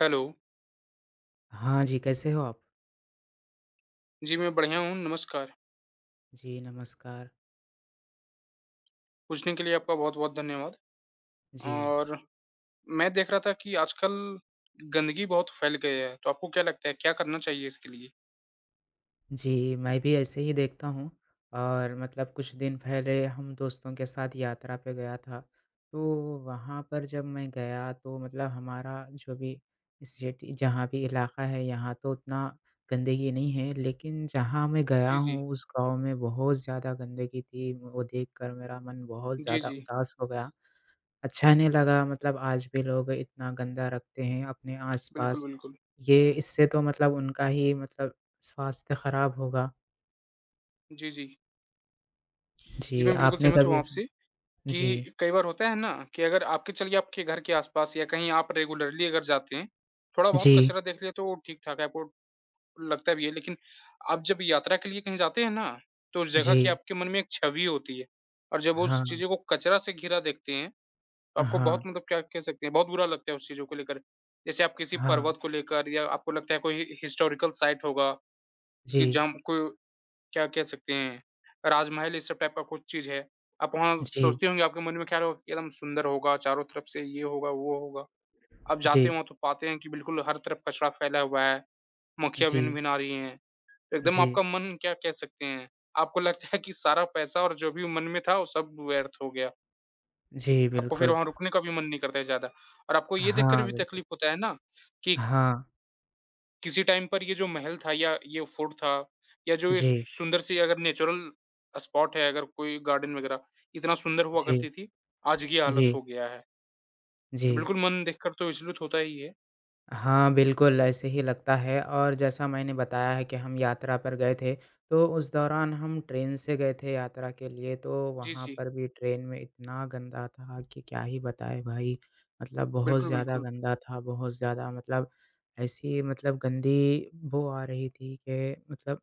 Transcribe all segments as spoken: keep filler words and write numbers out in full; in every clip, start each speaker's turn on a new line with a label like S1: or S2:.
S1: Hello.
S2: हाँ जी, कैसे हो आप?
S1: जी, मैं बढ़िया हूँ, नमस्कार।
S2: जी, नमस्कार।
S1: पूछने के लिए आपका बहुत-बहुत धन्यवाद
S2: जी,
S1: और मैं देख रहा था कि आजकल गंदगी बहुत फैल गई है, तो आपको क्या लगता है क्या करना चाहिए इसके लिए?
S2: जी, मैं भी ऐसे ही देखता हूँ और मतलब कुछ दिन पहले हम दोस्तों के साथ यात्रा पे गया था, तो वहाँ पर जब मैं गया तो मतलब हमारा जो भी सिटी जहाँ भी इलाका है यहाँ तो उतना गंदगी नहीं है, लेकिन जहाँ मैं गया
S1: जी, जी।
S2: हूँ उस गाँव में बहुत ज़्यादा गंदगी थी, वो देखकर मेरा मन बहुत
S1: जी,
S2: ज़्यादा
S1: जी।
S2: उदास हो गया। अच्छा नहीं लगा मतलब आज भी लोग इतना गंदा रखते हैं अपने
S1: बिल्कुल,
S2: आसपास।
S1: बिल्कुल।
S2: ये इससे तो मतलब उनका ही मतलब स्वास्थ्य खराब होगा।
S1: जी, जी। जी,
S2: जी,
S1: मैं बिल्कुल
S2: आपने
S1: सहमत हूँ
S2: कभी ऐसा
S1: आपसे
S2: जी,
S1: कि कई बार होता है ना कि अगर आपके चलिए आपके घर के आस-पास या कहीं आप रेगुलरली अगर जाते हैं, थोड़ा-बहुत
S2: जी,
S1: कचरा देख लिया तो ठीक-ठाक है, आपको लगता भी है, लेकिन आप जब यात्रा के लिए कहीं जाते हैं ना, तो उस जगह
S2: जी।
S1: की आपके मन में एक छवि होती है और जब उस
S2: हाँ,
S1: चीज़ों को कचरा से घिरा देखते हैं, तो आपको बहुत
S2: हाँ,
S1: मतलब क्या कह सकते हैं, बहुत बुरा लगता है उस चीज़ों को लेकर। जैसे आप किसी
S2: हाँ।
S1: पर्वत को लेकर या आपको लगता है कोई हिस्टोरिकल साइट होगा कि
S2: जी,
S1: जहाँ कोई क्या कह सकते हैं, राजमहल इस सब टाइप का कुछ चीज़ है। आप वहाँ
S2: जी,
S1: सोचते होंगे, आपके मन में ख़्याल होगा कि एकदम सुंदर होगा, चारों तरफ से ये होगा, वो होगा। आप जाते हो
S2: जी,
S1: वहाँ तो पाते हैं कि बिल्कुल हर तरफ कचरा फैला हुआ है, मक्खियाँ
S2: जी,
S1: भिन-भिना रही हैं। एकदम
S2: जी,
S1: आपका मन क्या कह सकते हैं, आपको लगता है कि सारा पैसा और जो भी मन में था वो सब व्यर्थ हो गया।
S2: जी,
S1: आपको फिर
S2: बिल्कुल।
S1: वहाँ रुकने का भी मन नहीं करता है ज़्यादा और आपको ये देखकर
S2: हाँ,
S1: भी
S2: बिल
S1: तकलीफ होता है ना कि
S2: हाँ।
S1: किसी टाइम पर ये जो महल था या ये फोर्ट था या जो ये
S2: जी,
S1: सुंदर सी अगर नेचुरल स्पॉट है, अगर कोई गार्डन वगैरह इतना सुंदर हुआ
S2: जी,
S1: करती थी, आज ये हालत
S2: जी,
S1: हो गया है।
S2: जी।
S1: तो बिल्कुल मन देखकर तो विचलित होता ही है।
S2: हाँ, बिल्कुल, ऐसे ही लगता है और जैसा मैंने बताया है कि हम यात्रा पर गए थे, तो उस दौरान हम ट्रेन से गए थे यात्रा के लिए, तो
S1: जी,
S2: वहाँ
S1: जी।
S2: पर भी ट्रेन में इतना गंदा था कि क्या ही बताएँ भाई। मतलब बहुत
S1: बिल्कुल,
S2: ज़्यादा
S1: बिल्कुल।
S2: गंदा था, बहुत ज़्यादा मतलब ऐसी मतलब गंदी बू आ रही थी कि मतलब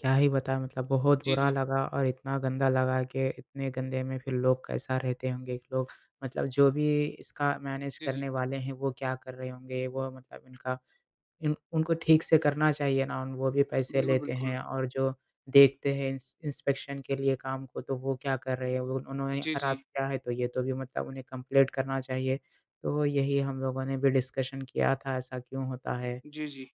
S2: क्या ही बताएँ मतलब बहुत
S1: जी,
S2: बुरा
S1: जी।
S2: लगा और इतना गंदा लगा कि इतने गंदे में फिर लोग कैसा रहते होंगे कि लोग मतलब जो भी इसका मैनेज
S1: जी,
S2: करने
S1: जी।
S2: वाले हैं, वो क्या कर रहे होंगे? वो मतलब इनका इन उनको ठीक से करना चाहिए ना, उन वो भी पैसे
S1: बिल्कुल,
S2: लेते
S1: बिल्कुल।
S2: हैं और जो देखते हैं इंस इंस्पेक्शन के लिए काम को तो वो क्या कर रहे हैं? उन उन्होंने
S1: जी, जी।
S2: खराब किया है तो ये तो भी मतलब उन्हें कंप्लेंट करना चाहिए। तो यही हम लोगों ने भी डिस्कशन किया था ऐसा क्यों होता है?
S1: जी, जी।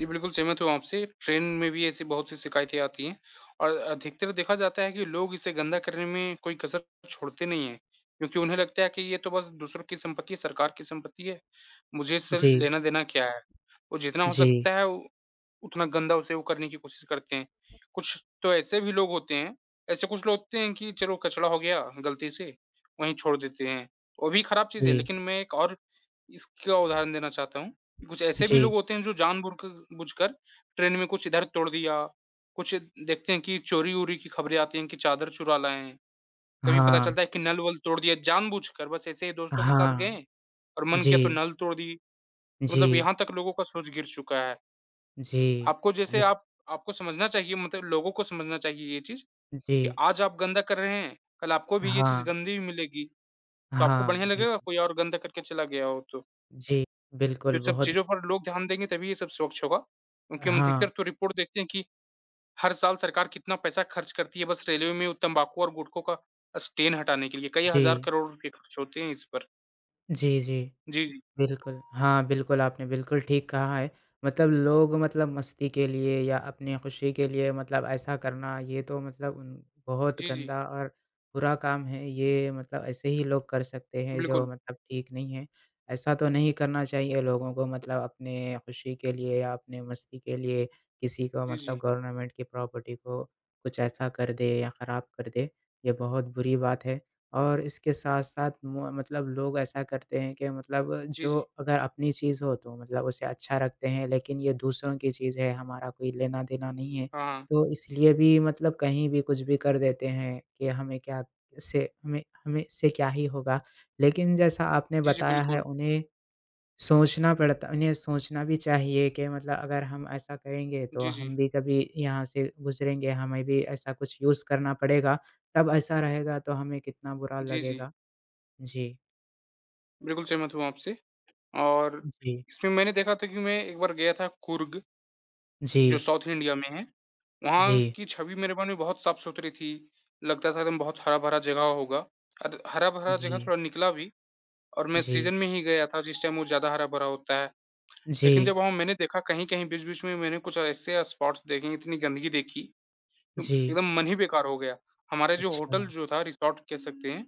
S1: जी, बिल्कुल सहमत हूँ आपसे। ट्रेन में भी ऐसी बहुत सी शिकायतें आती हैं और अधिकतर देखा जाता है कि लोग इसे गंदा करने में कोई कसर छोड़ते नहीं हैं, क्योंकि उन्हें लगता है कि ये तो बस दूसरों की संपत्ति है, सरकार की संपत्ति है, मुझे इससे
S2: जी,
S1: लेना-देना क्या है? वो जितना हो
S2: जी,
S1: सकता है उतना गंदा उसे वो करने की कोशिश करते हैं। कुछ तो ऐसे भी लोग होते हैं, ऐसे कुछ लोग होते हैं कि चलो कचरा हो गया गलती से, वहीं छोड़ देते हैं। वो भी खराब चीज़ है,
S2: जी,
S1: लेकिन मैं एक और इसका उदाहरण देना चाहता हूँ। कुछ ऐसे भी लोग
S2: जी।
S1: होते हैं जो जानबूझ क बूझकर ट्रेन में कुछ इधर तोड़ दिया, कुछ देखते हैं कि चोरी-वोरी की खबरें आती हैं कि चादर चुरा लाए हैं। कभी पता
S2: हाँ।
S1: चलता है कि नल-वल तोड़ दिया जानबूझकर बस ऐसे ही दोस्तों के साथ गए
S2: हाँ,
S1: और मन किया तो
S2: जी,
S1: नल तोड़ दी।
S2: जी,
S1: मतलब यहाँ तक लोगों का सोच गिर चुका है।
S2: जी,
S1: आपको जैसे
S2: इस
S1: आप आपको समझना चाहिए मतलब लोगों को समझना चाहिए ये चीज़ कि
S2: जी,
S1: आज आप गंदा कर रहे हैं, कल आपको भी ये चीज़
S2: हाँ,
S1: गंदी मिलेगी, तो आपको
S2: हाँ,
S1: बढ़िया लगेगा
S2: बिल्कुल,
S1: कोई और गंदा करके चला गया हो तो।
S2: जी,
S1: तो
S2: बिल्कुल,
S1: सब
S2: बहुत
S1: चीज़ों पर लोग ध्यान देंगे तभी ये सब स्वच्छ होगा। क्योंकि हम
S2: हाँ,
S1: अधिकतर तो रिपोर्ट देखते हैं कि हर साल सरकार कितना पैसा खर्च करती है बस रेलवे में वो तंबाकू और गुटखों का स्टेन हटाने के लिए, कई हज़ार
S2: जी,
S1: करोड़ रुपए खर्च होते हैं इस पर।
S2: जी, जी।
S1: जी, जी।
S2: बिल्कुल। हाँ, बिल्कुल, आपने बिल्कुल ठीक कहा है। मतलब लोग मतलब मस्ती के लिए या अपनी खुशी के लिए मतलब ऐसा करना, ये तो मतलब उन बहुत
S1: जी, जी।
S2: गंदा और बुरा काम है। ये मतलब ऐसे ही लोग कर सकते हैं जो
S1: बिल्कुल।
S2: मतलब ठीक नहीं है। ऐसा तो नहीं करना चाहिए लोगों को मतलब अपने खुशी के लिए या अपने मस्ती के लिए किसी को
S1: जी, जी।
S2: मतलब गवर्नमेंट की प्रॉपर्टी को कुछ ऐसा कर दे या ख़राब कर दे, ये बहुत बुरी बात है। और इसके साथ-साथ म मतलब लोग ऐसा करते हैं कि मतलब
S1: जी,
S2: जो
S1: जी।
S2: अगर अपनी चीज़ हो तो मतलब उसे अच्छा रखते हैं, लेकिन ये दूसरों की चीज़ है, हमारा कोई लेना-देना नहीं है।
S1: हाँ, हाँ।
S2: तो इसलिए भी मतलब कहीं भी कुछ भी कर देते हैं कि हमें क्या इससे हमें हमें इससे क्या ही होगा। लेकिन जैसा आपने
S1: जी, जी,
S2: बताया है
S1: बिल्कुल।
S2: उन्हें सोचना पड़ता उन्हें सोचना भी चाहिए कि मतलब अगर हम ऐसा करेंगे तो
S1: जी, जी।
S2: हम भी कभी यहाँ से गुज़रेंगे, हमें भी ऐसा कुछ यूज़ करना पड़ेगा, तब ऐसा रहेगा तो हमें कितना बुरा
S1: जी, जी।
S2: लगेगा। जी,
S1: बिल्कुल सहमत हूँ आपसे। और
S2: जी,
S1: इसमें मैंने देखा था कि मैं एक बार गया था कुर्ग, जो
S2: जी,
S1: साउथ इंडिया में है, वहाँ
S2: जी,
S1: की छवि मेरे मन में बहुत साफ-सुथरी थी, लगता था एकदम बहुत हरा-भरा जगह होगा और हरा-भरा जगह
S2: जी,
S1: थोड़ा निकला भी और मैं
S2: जी,
S1: सीज़न में ही गया था जिस टाइम वो ज़्यादा हरा-भरा होता है। लेकिन जब
S2: जी,
S1: वहाँ मैंने देखा कहीं-कहीं बीच-बीच में मैंने कुछ ऐसे स्पॉट्स देखे, इतनी गंदगी देखी, तो
S2: जी,
S1: एकदम मन ही बेकार हो गया। हमारा जो
S2: अच्छा,
S1: होटल जो था रिसॉर्ट कह सकते हैं,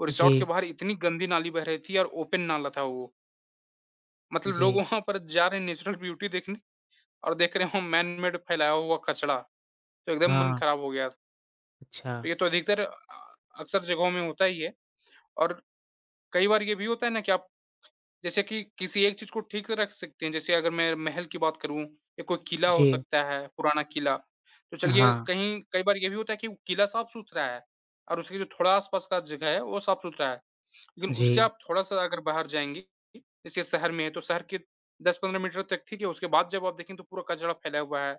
S1: वो रिसॉर्ट के
S2: जी,
S1: बाहर इतनी गंदी नाली बह रही थी और ओपन नाला था वो। मतलब लोग
S2: जी,
S1: वहाँ पर जा रहे हैं नेचुरल ब्यूटी देखने और देख रहे हो मैन मेड फैलाया हुआ कचड़ा, तो एकदम मन
S2: हाँ,
S1: खराब हो गया।
S2: अच्छा,
S1: तो ये तो अधिकतर अ, अक्सर जगहों में होता ही है और कई बार ये भी होता है ना कि आप जैसे कि किसी एक चीज़ को ठीक रख सकते हैं, जैसे अगर मैं महल की बात करूँ या कोई किला हो
S2: जी,
S1: सकता है, पुराना किला। तो चलिए
S2: हाँ,
S1: कहीं कई बार ये भी होता है कि वो किला साफ-सुथरा है और उसके जो थोड़ा आस-पास का जगह है, वो साफ-सुथरा है। लेकिन उससे
S2: जी,
S1: आप थोड़ा-सा अगर बाहर जाएँगे, जैसे शहर में है, तो शहर के दस से पंद्रह मीटर तक ठीक है, उसके बाद जब आप देखें तो पूरा कचरा फैला हुआ है,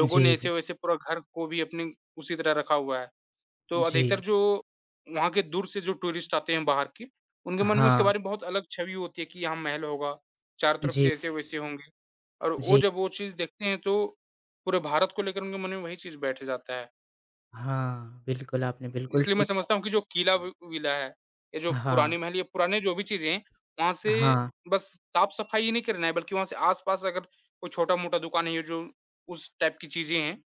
S1: लोगों ने
S2: जी,
S1: ऐसे-वैसे पूरा घर को भी अपने उसी तरह रखा हुआ है। तो अधिकतर
S2: जी,
S1: जो वहाँ के दूर से जो टूरिस्ट आते हैं बाहर के, उनके मन में उसके
S2: हाँ,
S1: बारे में बहुत अलग छवि होती है कि यहाँ महल होगा, चारों तरफ
S2: जी,
S1: से ऐसे-वैसे होंगे और वो
S2: जी,
S1: जब वो चीज़ देखते हैं तो पूरे भारत को लेकर उनके मन में वही चीज़ बैठ जाता है।
S2: हाँ, बिल्कुल आपने बिल्कुल
S1: इसलिए मैं
S2: ठीक कहा।
S1: समझता हूँ कि जो किला वि विला है, ये जो
S2: हाँ,
S1: पुराने महल या पुराने जो भी चीज़ें हैं, वहाँ से
S2: हाँ,
S1: बस साफ-सफाई ही नहीं करना है, बल्कि वहाँ से आस-पास अगर कोई छोटा-मोटा दुकान है, ये जो उस टाइप की चीज़ें हैं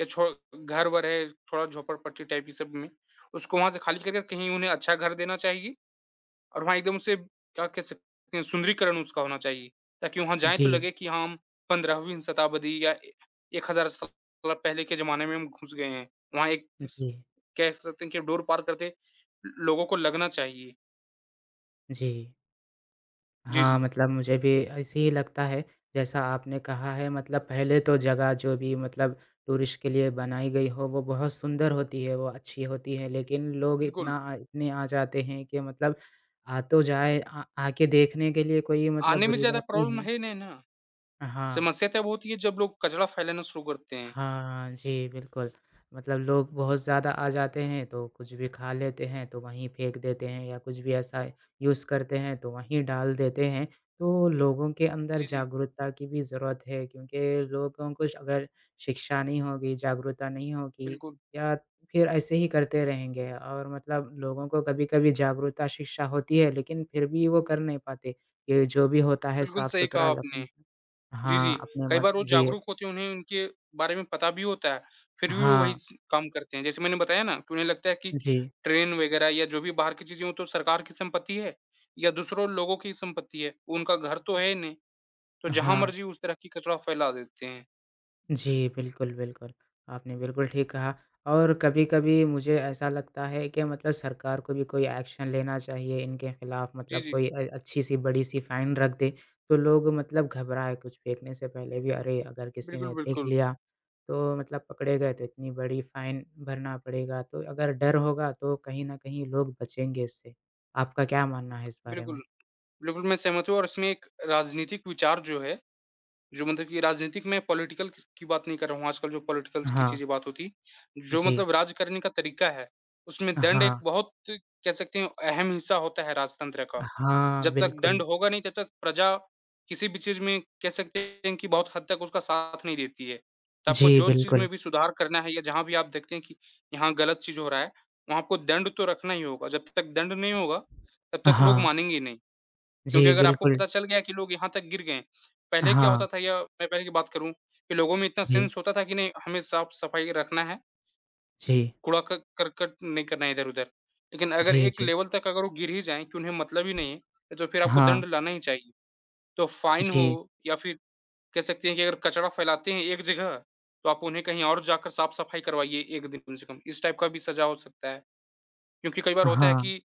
S1: या छो घर-वर है, थोड़ा झोपड़पट्टी टाइप ये सब में, उसको वहाँ से खाली करके कहीं उन्हें अच्छा घर देना चाहिए और वहाँ एकदम से क्या कह सकते हैं सुंदरीकरण उसका होना चाहिए, ताकि वहाँ जाएँ तो
S2: जी।
S1: लगे कि हाँ, हम पंद्रहवीं शताब्दी या ए हज़ार साल पहले के ज़माने में हम घुस गए हैं। वहाँ एक स
S2: जी,
S1: कह सकते हैं कि डोर पार करते ल लोगों को लगना चाहिए।
S2: जी।
S1: जी,
S2: हाँ,
S1: जी,
S2: मतलब मुझे भी ऐसे ही लगता है, जैसा आपने कहा है मतलब पहले तो जगह जो भी मतलब टूरिस्ट के लिए बनाई गई हो, वो बहुत सुंदर होती है, वो अच्छी होती है, लेकिन लोग
S1: बिल्कुल।
S2: इतना अ, इतने आ जाते हैं कि मतलब आ तो जाए, आ आके देखने के लिए कोई मतलब
S1: आने में
S2: बुरी
S1: ज़्यादा
S2: बात नहीं
S1: प्रॉब्लम
S2: है।
S1: है नहीं ना,
S2: हाँ।
S1: समस्या तब होती है जब लोग कचरा फैलाना शुरू करते हैं।
S2: हाँ, जी, बिल्कुल। मतलब लोग बहुत ज़्यादा आ जाते हैं, तो कुछ भी खा लेते हैं, तो वहीं फेंक देते हैं या कुछ भी ऐसा यूज़ करते हैं, तो वहीं डाल देते हैं। तो लोगों के अंदर
S1: जी, जी,
S2: जागरूकता की भी ज़रूरत है क्योंकि लोगों को अगर शिक्षा नहीं होगी, जागरूकता नहीं होगी
S1: बिल्कुल।
S2: या फिर ऐसे ही करते रहेंगे और मतलब लोगों को कभी-कभी जागरूकता, शिक्षा होती है, लेकिन फिर भी वो कर नहीं पाते। ये जो भी होता है
S1: बिल्कुल सही कहा
S2: साफ़-सुथरा
S1: आपने।
S2: रखने का,
S1: जी, जी।
S2: हाँ, अपने
S1: कई
S2: मन
S1: बार वो
S2: जी,
S1: जागरूक होते हैं, उन्हें उनके बारे में पता भी होता है, फिर भी वो वही
S2: हाँ।
S1: च काम करते हैं। जैसे मैंने बताया ना कि उन्हें लगता है कि
S2: जी,
S1: ट्रेन वग़ैरह या जो भी बाहर की चीज़ें हों, तो सरकार की संपत्ति है या दूसरों लोगों की संपत्ति है, उनका घर तो है ही नहीं, तो जहाँ
S2: हाँ।
S1: मर्ज़ी उस तरह की कचरा फैला देते हैं।
S2: जी, बिल्कुल, बिल्कुल। आपने बिल्कुल ठीक कहा और कभी-कभी मुझे ऐसा लगता है कि मतलब सरकार को भी कोई एक्शन लेना चाहिए इनके खिलाफ
S1: जी,
S2: मतलब
S1: जी।
S2: कोई अ, अच्छी-सी बड़ी-सी फाइन रख दे, तो लोग मतलब घबराएँ कुछ फेंकने से पहले भी अरे! अगर किसी
S1: बिल्कुल,
S2: ने देख
S1: बिल्कुल।
S2: लिया, तो मतलब पकड़े गए तो इतनी बड़ी फाइन भरना पड़ेगा, तो अगर डर होगा तो कहीं न कहीं लोग बचेंगे इससे। आपका क्या मानना है इस बारे
S1: बिल्कुल,
S2: में?
S1: बिल्कुल मैं सहमत हूँ और इसमें एक राजनीतिक विचार जो है जो मतलब कि राजनीतिक मैं पॉलिटिकल की बात नहीं कर रहा हूँ, आजकल जो पॉलिटिकल्स की
S2: हाँ,
S1: चीज़ें बात होती, जो
S2: जी।
S1: मतलब राज करने का तरीका है, उसमें दंड
S2: हाँ,
S1: एक बहुत कह सकते हैं अहम हिस्सा होता है राजतंत्र का।
S2: हाँ,
S1: जब तक दंड
S2: बिल्कुल।
S1: होगा नहीं, तब तक प्रजा किसी भी चीज़ में कह सकते हैं कि बहुत हद तक उसका साथ नहीं देती है। तो
S2: जी,
S1: आपको जो चीज़
S2: बिल्कुल।
S1: में भी सुधार करना है या जहाँ भी आप देखते हैं कि यहाँ गलत चीज़ हो रहा है, वहाँ आपको दंड तो रखना ही होगा। जब तक दंड नहीं होगा, तब तक लोग
S2: हाँ,
S1: मानेंगे ही नहीं। क्योंकि
S2: जी,
S1: अगर आपको
S2: बिल्कुल।
S1: पता चल गया कि लोग यहाँ तक गिर गए हैं, पहले क्या
S2: हाँ,
S1: होता था या मैं पहले की बात करूँ कि लोगों में इतना
S2: जी,
S1: सेंस होता था कि नहीं हमें साफ-सफाई रखना है,
S2: जी,
S1: कूड़ा क करकट नहीं करना है इधर-उधर। लेकिन अगर
S2: जी,
S1: एक
S2: जी,
S1: लेवल तक अगर वो गिर ही जाएँ कि उन्हें मतलब ही नहीं है, तो फिर आपको दंड
S2: हाँ,
S1: लाना ही चाहिए। तो फाइन हो
S2: जी,
S1: या फिर कह सकते हैं कि अगर कचरा फैलाते हैं एक जगह, तो आप उन्हें कहीं और जाकर साफ-सफाई करवाइए एक दिन कम से कम। इस टाइप का भी सज़ा हो सकता है। क्योंकि कई बार होता है
S2: हाँ,
S1: कि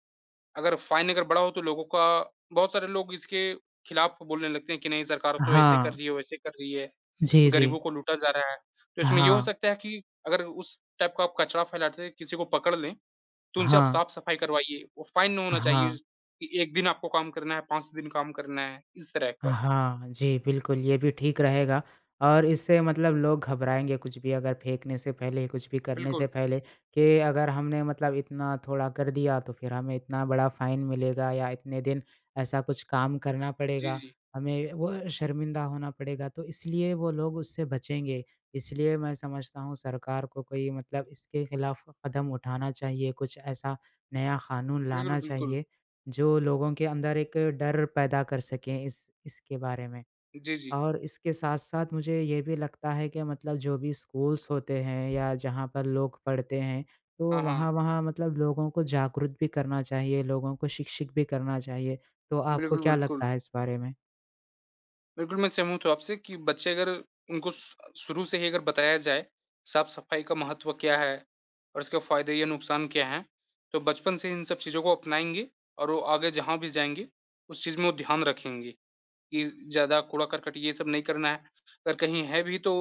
S1: अगर फाइन अगर बड़ा हो तो लोगों का बहुत सारे लोग इसके खिलाफ बोलने लगते हैं कि नहीं सरकार तो ऐसे कर
S2: हाँ,
S1: रही है, वैसे कर रही है,
S2: जी, जी,
S1: गरीबों को लूटा जा रहा है। तो इसमें ये हो
S2: हाँ,
S1: सकता है कि अगर उस टाइप का आप कचरा फैलाते हैं, किसी को पकड़ लें, तो उनसे आप
S2: हाँ,
S1: साफ-सफाई करवाइए। वो फाइन नहीं होना चाहिए
S2: हाँ।
S1: ज कि एक दिन आपको काम करना है, पाँच दिन काम करना है, इस तरह का।
S2: हाँ, जी, बिल्कुल ये भी ठीक रहेगा और इससे मतलब लोग घबराएँगे कुछ भी अगर फेंकने से पहले, कुछ भी करने
S1: बिल्कुल।
S2: से पहले कि अगर हमने मतलब इतना थोड़ा कर दिया तो फिर हमें इतना बड़ा फ़ाइन मिलेगा या इतने दिन ऐसा कुछ काम करना
S1: जी,
S2: पड़ेगा,
S1: जी।
S2: हमें वो शर्मिंदा होना पड़ेगा, तो इसलिए वो लोग उससे बचेंगे। इसलिए मैं समझता हूँ सरकार को कोई मतलब इसके खिलाफ कदम उठाना चाहिए, कुछ ऐसा नया कानून
S1: बिल्कुल,
S2: लाना
S1: बिल्कुल।
S2: चाहिए जो लोगों के अंदर एक डर पैदा कर सकें इस इसके बारे में।
S1: जी, जी।
S2: और इसके साथ-साथ मुझे ये भी लगता है कि मतलब जो भी स्कूल्स होते हैं या जहाँ पर लोग पढ़ते हैं, तो
S1: हाँ, हाँ।
S2: वहाँ-वहाँ मतलब लोगों को जागरूक भी करना चाहिए, लोगों को शिक्षित भी करना चाहिए। तो आपको
S1: बिल्कुल,
S2: क्या लगता
S1: बिल्कुल।
S2: है इस बारे में?
S1: बिल्कुल, मैं सहमत हूँ आपसे कि बच्चे अगर उनको स शुरू से ही अगर बताया जाए, साफ-सफाई का महत्व क्या है और इसके फ़ायदे या नुकसान क्या हैं, तो बचपन से इन सब चीज़ों को अपनाएँगे और वो आगे जहाँ भी जाएँगे, उस चीज़ में वो ध्यान रखेंगे कि ज़्यादा कूड़ा-करकट ये सब नहीं करना है। अगर कहीं है भी तो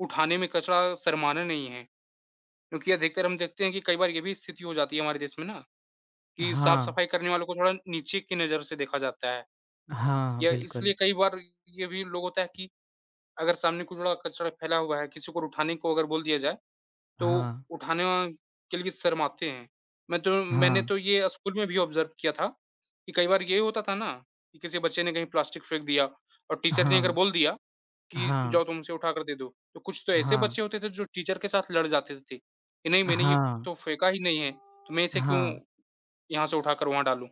S1: उठाने में कचरा शर्माना नहीं है, क्योंकि अधिकतर हम देखते हैं कि कई बार ये भी स्थिति हो जाती है हमारे देश में ना कि
S2: हाँ।
S1: साफ-सफाई करने वालों को थोड़ा नीचे की नज़र से देखा जाता है
S2: हाँ,
S1: या इसलिए
S2: बिल्कुल।
S1: कई बार ये भी लोग होता है कि अगर सामने कूड़ा-कचरा फैला हुआ है, किसी को उठाने को अगर बोल दिया जाए, तो
S2: हाँ,
S1: उठाने के लिए शर्माते हैं। मैं तो मैंने
S2: हाँ,
S1: तो ये स्कूल में भी ऑब्ज़र्व किया था कि कई बार ये होता था ना कि किसी बच्चे ने कहीं प्लास्टिक फेंक दिया और टीचर ने अगर
S2: हाँ,
S1: बोल दिया कि
S2: हाँ,
S1: जाओ तुम उसे उठा कर दे दो, तो कुछ तो ऐसे
S2: हाँ,
S1: बच्चे होते थे जो टीचर के साथ लड़ जाते थे कि नहीं, मैंने ये
S2: हाँ,
S1: तो फेंका ही नहीं है, तो मैं इसे क्यों
S2: हाँ,
S1: यहाँ से उठाकर वहाँ डालूँ?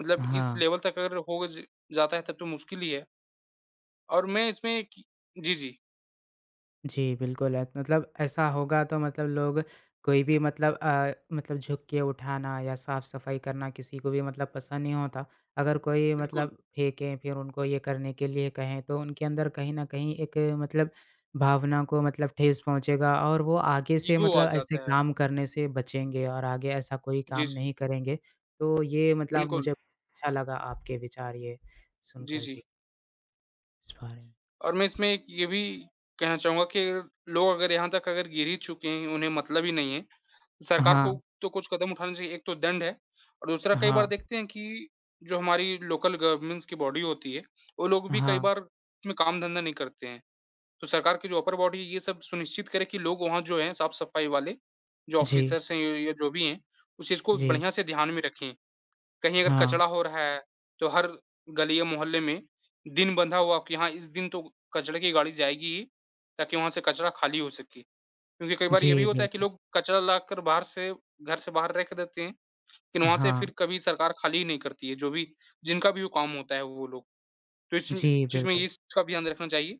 S1: मतलब इस
S2: हाँ।
S1: लेवल तक अगर हो ज जाता है, तब तो मुश्किल ही है। और मैं इसमें कि जी, जी,
S2: जी, बिल्कुल अ, मतलब ऐसा होगा तो मतलब लोग कोई भी मतलब अ, मतलब झुक के उठाना या साफ-सफाई करना किसी को भी मतलब पसंद नहीं होता। अगर कोई
S1: बिल्कुल,
S2: मतलब फेंके फिर उनको ये करने के लिए कहें तो उनके अंदर कहीं न कहीं एक मतलब भावना को मतलब ठेस पहुँचेगा और वो आगे से
S1: ईगो आ
S2: मतलब ऐसे
S1: जाता है।
S2: काम करने से बचेंगे और आगे ऐसा कोई
S1: जी,
S2: काम
S1: जी।
S2: नहीं करेंगे। तो ये मतलब
S1: बिल्कुल,
S2: मुझे अच्छा लगा आपके विचार ये
S1: जी,
S2: सुनकर
S1: जी।
S2: जी, इस बारे में।
S1: और मैं इसमें एक ये भी कहना चाहूँगा कि अगर लोग अगर यहाँ तक अगर गिर ही चुके हैं, उन्हें मतलब ही नहीं है, सरकार
S2: हाँ,
S1: को तो कुछ कदम उठाने चाहिए। एक तो दंड है और दूसरा, कई बार
S2: हाँ,
S1: देखते हैं कि जो हमारी लोकल गवर्नमेंट्स की बॉडी होती है, वो लोग भी कई
S2: हाँ।
S1: बार में काम-धंधा नहीं करते हैं। तो सरकार की जो अपर बॉडी है, ये सब सुनिश्चित करे कि लोग वहाँ जो हैं साफ-सफाई वाले, जो
S2: जी,
S1: ऑफ़िसर्स हैं या या जो भी हैं, उस चीज़ को
S2: जी।
S1: बढ़िया से ध्यान में रखें। कहीं अगर
S2: हाँ,
S1: कचरा हो रहा है, तो हर गली या मोहल्ले में दिन बंधा हुआ कि हाँ, इस दिन तो कचरे की गाड़ी जाएगी ही, ताकि वहाँ से कचरा खाली हो सके। क्योंकि कई बार ये भी
S2: जी,
S1: होता है कि
S2: बिल्कुल।
S1: लोग कचरा लाकर बाहर से, घर से बाहर रख देते हैं, लेकिन वहाँ से
S2: हाँ,
S1: फिर कभी सरकार खाली ही नहीं करती है, जो भी जिनका भी वो काम होता है, वो लोग। तो इस
S2: जी,
S1: चीज़ में
S2: बिल्कुल।
S1: इसका भी ध्यान रखना चाहिए।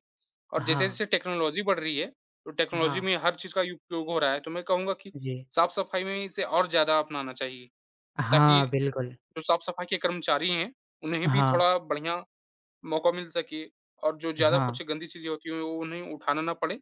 S1: और
S2: हाँ,
S1: जैसे-जैसे टेक्नोलॉज़ी बढ़ रही है, तो टेक्नोलॉज़ी
S2: हाँ,
S1: में हर चीज़ का उपयोग हो रहा है, तो मैं कहूँगा कि
S2: जी।
S1: साफ-सफाई में इसे और ज़्यादा अपनाना चाहिए, ताकि
S2: हाँ, बिल्कुल।
S1: जो साफ-सफाई के कर्मचारी हैं, उन्हें भी
S2: हाँ,
S1: थोड़ा बढ़िया मौका मिल सके, और जो ज़्यादा
S2: हाँ,
S1: कुछ गंदी चीज़ें होती हैं, वो उन्हें उठाना ना पड़े,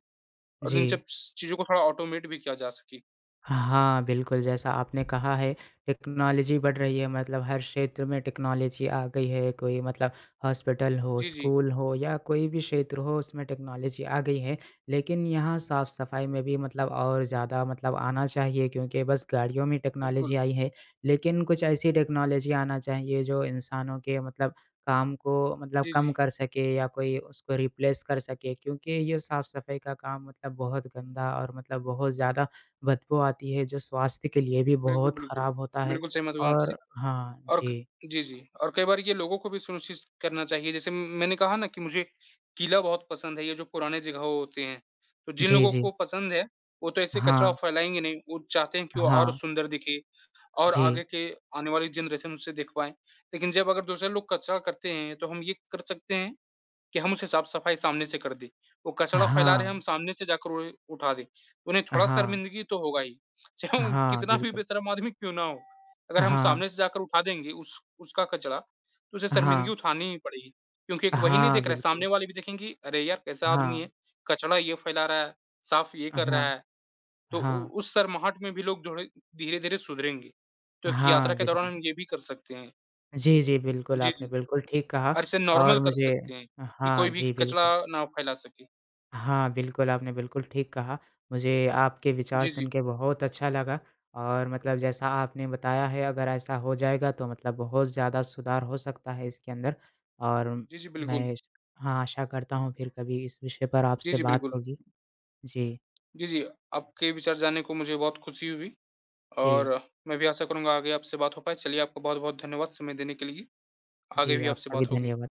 S1: और
S2: जी।
S1: इन सब स चीज़ों को थोड़ा ऑटोमेट भी किया जा सके।
S2: हाँ, बिल्कुल, जैसा आपने कहा है टेक्नोलॉजी बढ़ रही है मतलब हर क्षेत्र में टेक्नोलॉजी आ गई है, कोई मतलब हॉस्पिटल हो,
S1: जी, जी।
S2: स्कूल हो या कोई भी क्षेत्र हो उसमें टेक्नोलॉजी आ गई है। लेकिन यहाँ साफ-सफाई में भी मतलब और ज़्यादा मतलब आना चाहिए क्योंकि बस गाड़ियों में
S1: बिल्कुल।
S2: टेक्नोलॉजी आई है, लेकिन कुछ ऐसी टेक्नोलॉजी आना चाहिए जो इंसानों के मतलब काम को मतलब
S1: जी,
S2: कम
S1: जी।
S2: कर सके या कोई उसको रिप्लेस कर सके क्योंकि ये साफ-सफाई का काम मतलब बहुत गंदा और मतलब बहुत ज़्यादा बदबू आती है, जो स्वास्थ्य के लिए भी
S1: बिल्कुल,
S2: बहुत
S1: बिल्कुल।
S2: खराब होता है
S1: बिल्कुल सहमत हूँ आपसे।
S2: और हाँ,
S1: और क
S2: जी।
S1: जी, जी। और कई बार ये लोगों को भी सुनिश्चित करना चाहिए, जैसे मैंने कहा ना कि मुझे किला बहुत पसंद है, ये जो पुराने जगह होते हैं, तो जिन
S2: जी,
S1: लोगों
S2: जी।
S1: को पसंद है, वो तो ऐसे कचरा
S2: हाँ,
S1: फैलाएँगे नहीं, वो चाहते हैं कि वो और
S2: हाँ,
S1: सुंदर दिखे और आगे
S2: जी।
S1: के आने वाली जनरेशन उसे देख पाएँ। लेकिन जब अगर दूसरे लोग कचरा करते हैं, तो हम ये कर सकते हैं कि हम उसे साफ-सफाई सामने से कर दें। वो कचरा फैला रहे हैं, हम
S2: हाँ,
S1: सामने से जाकर उन्हें उठा दें। तो उन्हें थोड़ा
S2: हाँ,
S1: शर्मिंदगी तो होगा ही, चाहे वो
S2: हाँ,
S1: कितना भी
S2: बिल्कुल।
S1: बेशर्म आदमी क्यों ना हो। अगर हम
S2: हाँ,
S1: सामने से जाकर उठा देंगे उस उसका कचरा, तो उसे शर्मिंदगी
S2: हाँ,
S1: उठानी ही पड़ेगी। क्योंकि एक वही नहीं
S2: हाँ,
S1: देख रहा है,
S2: बिल्कुल।
S1: सामने वाले भी देखेंगे, "अरे यार! कैसा आदमी
S2: हाँ,
S1: है, कचरा ये फैला रहा है, साफ ये कर रहा
S2: हाँ,
S1: है।" तो उ
S2: हाँ,
S1: उस शर्माहट में भी लोग थोड़े धीरे-धीरे सुधरेंगे। तो एक यात्रा
S2: हाँ,
S1: के दौरान
S2: बिल्कुल।
S1: हम ये भी कर सकते हैं।
S2: जी, जी, बिल्कुल,
S1: जी,
S2: आपने
S1: जी।
S2: बिल्कुल ठीक कहा
S1: और इसे
S2: और
S1: नॉर्मल कर
S2: मुझे
S1: सकते हैं कि कोई
S2: हाँ,
S1: भी
S2: जी,
S1: कचरा
S2: बिल्कुल।
S1: ना फैला सके।
S2: हाँ, बिल्कुल, आपने बिल्कुल ठीक कहा। मुझे आपके विचार
S1: जी,
S2: सुन
S1: जी।
S2: के बहुत अच्छा लगा और मतलब जैसा आपने बताया है अगर ऐसा हो जाएगा तो मतलब बहुत ज़्यादा सुधार हो सकता है इसके अंदर और
S1: जी, जी, बिल्कुल।
S2: मैं हाँ, आशा करता हूँ फिर कभी इस विषय पर
S1: जी,
S2: आपसे
S1: जी,
S2: बात
S1: बिल्कुल।
S2: होगी। जी,
S1: जी, जी, आपके विचार जानने को मुझे बहुत खुशी हुई और
S2: जी,
S1: मैं भी आशा करूँगा आगे आपसे बात हो पाए। चलिए, आपका बहुत-बहुत धन्यवाद समय देने के लिए। आगे
S2: जी,
S1: भी आपसे
S2: आपका भी
S1: बात होगी।
S2: धन्यवाद।